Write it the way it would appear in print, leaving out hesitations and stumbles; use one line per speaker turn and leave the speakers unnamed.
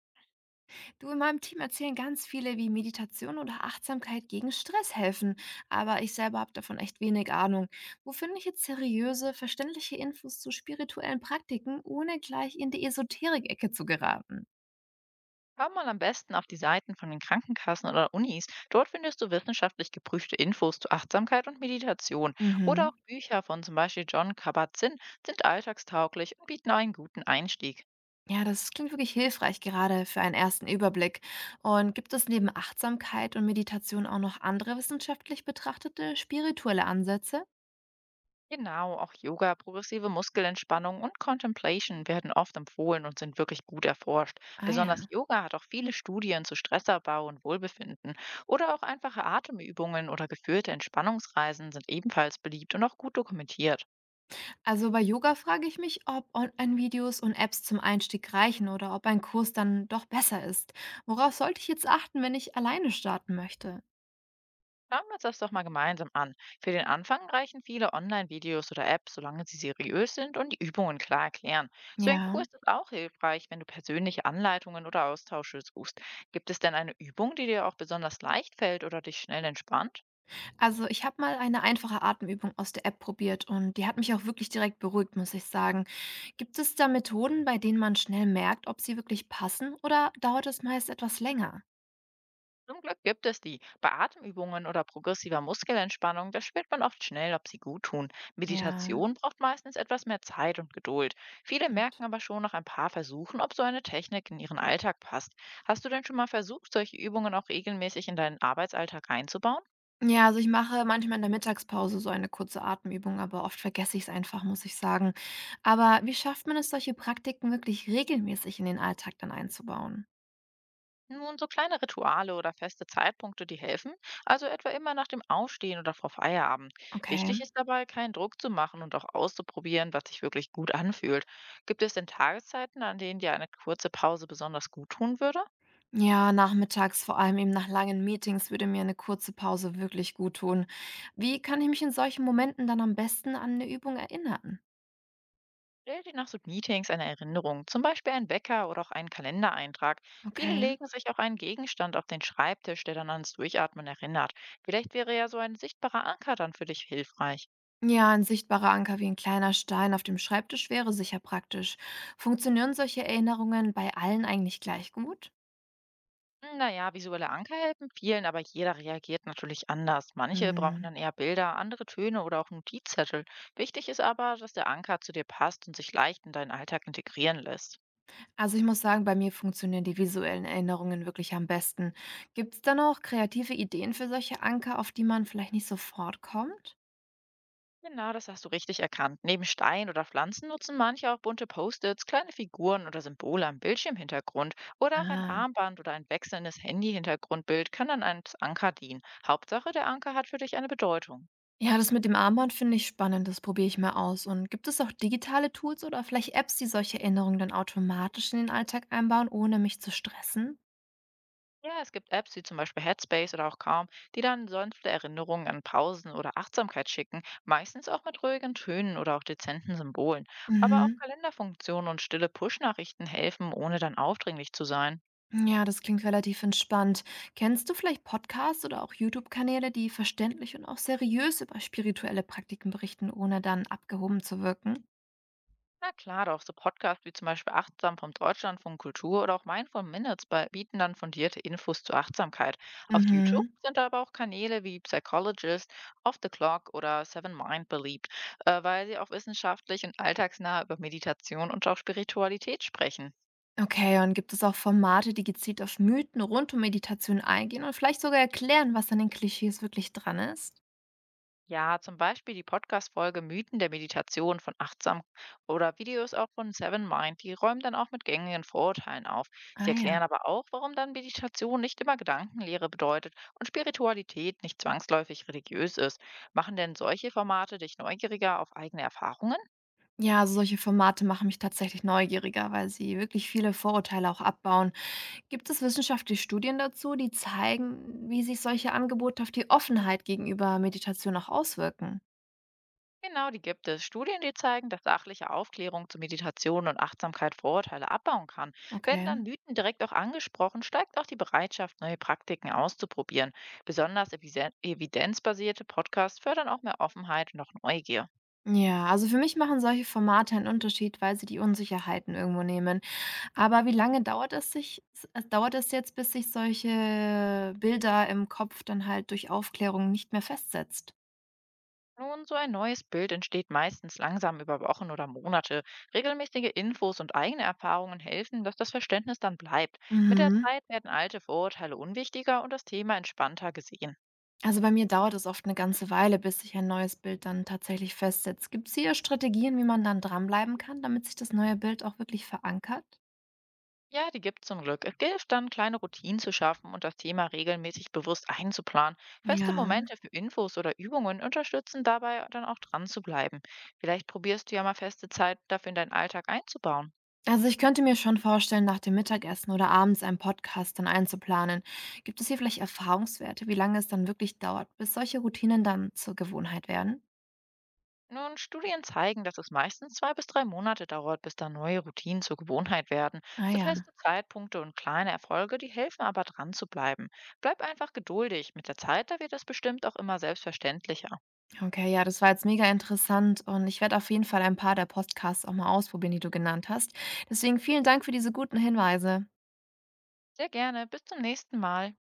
Du, in meinem Team erzählen ganz viele, wie Meditation oder Achtsamkeit gegen Stress helfen, aber ich selber habe davon echt wenig Ahnung. Wo finde ich jetzt seriöse, verständliche Infos zu spirituellen Praktiken, ohne gleich in die Esoterik-Ecke zu geraten?
Schau mal am besten auf die Seiten von den Krankenkassen oder Unis. Dort findest du wissenschaftlich geprüfte Infos zu Achtsamkeit und Meditation. Oder
Mhm.
auch Bücher von zum Beispiel John Kabat-Zinn sind alltagstauglich und bieten einen guten Einstieg.
Ja, das klingt wirklich hilfreich, gerade für einen ersten Überblick. Und gibt es neben Achtsamkeit und Meditation auch noch andere wissenschaftlich betrachtete spirituelle Ansätze?
Genau, auch Yoga, progressive Muskelentspannung und Contemplation werden oft empfohlen und sind wirklich gut erforscht.
Ah ja.
Besonders Yoga hat auch viele Studien zu Stressabbau und Wohlbefinden. Oder auch einfache Atemübungen oder geführte Entspannungsreisen sind ebenfalls beliebt und auch gut dokumentiert.
Also bei Yoga frage ich mich, ob Online-Videos und Apps zum Einstieg reichen oder ob ein Kurs dann doch besser ist. Worauf sollte ich jetzt achten, wenn ich alleine starten möchte?
Schauen wir uns das doch mal gemeinsam an. Für den Anfang reichen viele Online-Videos oder Apps, solange sie seriös sind und die Übungen klar erklären. So ein
Ja,
Kurs ist auch hilfreich, wenn du persönliche Anleitungen oder Austausche suchst. Gibt es denn eine Übung, die dir auch besonders leicht fällt oder dich schnell entspannt?
also ich habe mal eine einfache Atemübung aus der App probiert und die hat mich auch wirklich direkt beruhigt, muss ich sagen. Gibt es da Methoden, bei denen man schnell merkt, ob sie wirklich passen oder dauert es meist etwas länger?
Zum Glück gibt es die. Bei Atemübungen oder progressiver Muskelentspannung, da spürt man oft schnell, ob sie gut tun.
Ja,
Meditation braucht meistens etwas mehr Zeit und Geduld. Viele
stimmt.
merken aber schon nach ein paar Versuchen, ob so eine Technik in ihren Alltag passt. Hast du denn schon mal versucht, solche Übungen auch regelmäßig in deinen Arbeitsalltag einzubauen?
Ja, also ich mache manchmal in der Mittagspause so eine kurze Atemübung, aber oft vergesse ich es einfach, muss ich sagen. Aber wie schafft man es, solche Praktiken wirklich regelmäßig in den Alltag dann einzubauen?
Nun, so kleine Rituale oder feste Zeitpunkte, die helfen, also etwa immer nach dem Aufstehen oder vor Feierabend.
Okay.
Wichtig ist dabei, keinen Druck zu machen und auch auszuprobieren, was sich wirklich gut anfühlt. Gibt es denn Tageszeiten, an denen dir eine kurze Pause besonders gut tun würde?
Ja, nachmittags, vor allem eben nach langen Meetings, würde mir eine kurze Pause wirklich gut tun. Wie kann ich mich in solchen Momenten dann am besten an eine Übung erinnern?
Stell dir nach so Meetings eine Erinnerung, zum Beispiel einen Wecker oder auch einen Kalendereintrag. Viele
Okay.
legen sich auch einen Gegenstand auf den Schreibtisch, der dann ans Durchatmen erinnert. Vielleicht wäre ja so ein sichtbarer Anker dann für dich hilfreich.
Ja, ein sichtbarer Anker wie ein kleiner Stein auf dem Schreibtisch wäre sicher praktisch. Funktionieren solche Erinnerungen bei allen eigentlich gleich gut?
Naja, visuelle Anker helfen vielen, aber jeder reagiert natürlich anders. Manche brauchen
Hm.
dann eher Bilder, andere Töne oder auch Notizzettel. Wichtig ist aber, dass der Anker zu dir passt und sich leicht in deinen Alltag integrieren lässt.
Also ich muss sagen, bei mir funktionieren die visuellen Erinnerungen wirklich am besten. Gibt es da noch kreative Ideen für solche Anker, auf die man vielleicht nicht sofort kommt?
Genau, das hast du richtig erkannt. Neben Stein oder Pflanzen nutzen manche auch bunte Post-its, kleine Figuren oder Symbole am Bildschirmhintergrund oder auch ein
Ah.
Armband oder ein wechselndes Handy-Hintergrundbild kann dann als Anker dienen. Hauptsache, der Anker hat für dich eine Bedeutung.
Ja, das mit dem Armband finde ich spannend, das probiere ich mal aus. Und gibt es auch digitale Tools oder vielleicht Apps, die solche Erinnerungen dann automatisch in den Alltag einbauen, ohne mich zu stressen?
Ja, es gibt Apps wie zum Beispiel Headspace oder auch Calm, die dann sanfte Erinnerungen an Pausen oder Achtsamkeit schicken, meistens auch mit ruhigen Tönen oder auch dezenten Symbolen. Aber auch
Mhm.
Kalenderfunktionen und stille Push-Nachrichten helfen, ohne dann aufdringlich zu sein.
Ja, das klingt relativ entspannt. Kennst du vielleicht Podcasts oder auch YouTube-Kanäle, die verständlich und auch seriös über spirituelle Praktiken berichten, ohne dann abgehoben zu wirken?
Na klar, doch so Podcasts wie zum Beispiel Achtsam vom Deutschlandfunk Kultur oder auch Mindful Minutes bieten dann fundierte Infos zur Achtsamkeit. Auf YouTube
Mhm.
sind da aber auch Kanäle wie Psychologist, Off the Clock oder Seven Mind beliebt, weil sie auch wissenschaftlich und alltagsnah über Meditation und auch Spiritualität sprechen.
Okay, und gibt es auch Formate, die gezielt auf Mythen rund um Meditation eingehen und vielleicht sogar erklären, was an den Klischees wirklich dran ist?
Ja, zum Beispiel die Podcast-Folge Mythen der Meditation von Achtsam oder Videos auch von Seven Mind. Die räumen dann auch mit gängigen Vorurteilen auf. Sie
Ah ja.
erklären aber auch, warum dann Meditation nicht immer Gedankenlehre bedeutet und Spiritualität nicht zwangsläufig religiös ist. Machen denn solche Formate dich neugieriger auf eigene Erfahrungen?
Ja, also solche Formate machen mich tatsächlich neugieriger, weil sie wirklich viele Vorurteile auch abbauen. Gibt es wissenschaftliche Studien dazu, die zeigen, wie sich solche Angebote auf die Offenheit gegenüber Meditation auch auswirken?
Genau, die gibt es. Studien, die zeigen, dass sachliche Aufklärung zu Meditation und Achtsamkeit Vorurteile abbauen kann. Werden
Okay.
dann Mythen direkt auch angesprochen, steigt auch die Bereitschaft, neue Praktiken auszuprobieren. Besonders evidenzbasierte Podcasts fördern auch mehr Offenheit und auch Neugier.
Ja, also für mich machen solche Formate einen Unterschied, weil sie die Unsicherheiten irgendwo nehmen. Aber wie lange dauert es sich s dauert es jetzt, bis sich solche Bilder im Kopf dann halt durch Aufklärung nicht mehr festsetzt?
Nun, so ein neues Bild entsteht meistens langsam über Wochen oder Monate. Regelmäßige Infos und eigene Erfahrungen helfen, dass das Verständnis dann bleibt. Mit der
Mhm.
Zeit werden alte Vorurteile unwichtiger und das Thema entspannter gesehen.
Also, bei mir dauert es oft eine ganze Weile, bis sich ein neues Bild dann tatsächlich festsetzt. Gibt es hier Strategien, wie man dann dranbleiben kann, damit sich das neue Bild auch wirklich verankert?
Ja, die gibt's zum Glück. Es hilft, dann, kleine Routinen zu schaffen und das Thema regelmäßig bewusst einzuplanen. Feste
Ja.
Momente für Infos oder Übungen unterstützen dabei, dann auch dran zu bleiben. Vielleicht probierst du ja mal feste Zeit dafür in deinen Alltag einzubauen.
Also, ich könnte mir schon vorstellen, nach dem Mittagessen oder abends einen Podcast dann einzuplanen. Gibt es hier vielleicht Erfahrungswerte, wie lange es dann wirklich dauert, bis solche Routinen dann zur Gewohnheit werden?
Nun, Studien zeigen, dass es meistens 2 bis 3 Monate dauert, bis da neue Routinen zur Gewohnheit werden.
Ah
So
ja.
feste Zeitpunkte und kleine Erfolge, die helfen aber dran zu bleiben. Bleib einfach geduldig. Mit der Zeit, da wird das bestimmt auch immer selbstverständlicher.
Okay, ja, das war jetzt mega interessant und ich werde auf jeden Fall ein paar der Podcasts auch mal ausprobieren, die du genannt hast. Deswegen vielen Dank für diese guten Hinweise.
Sehr gerne. Bis zum nächsten Mal.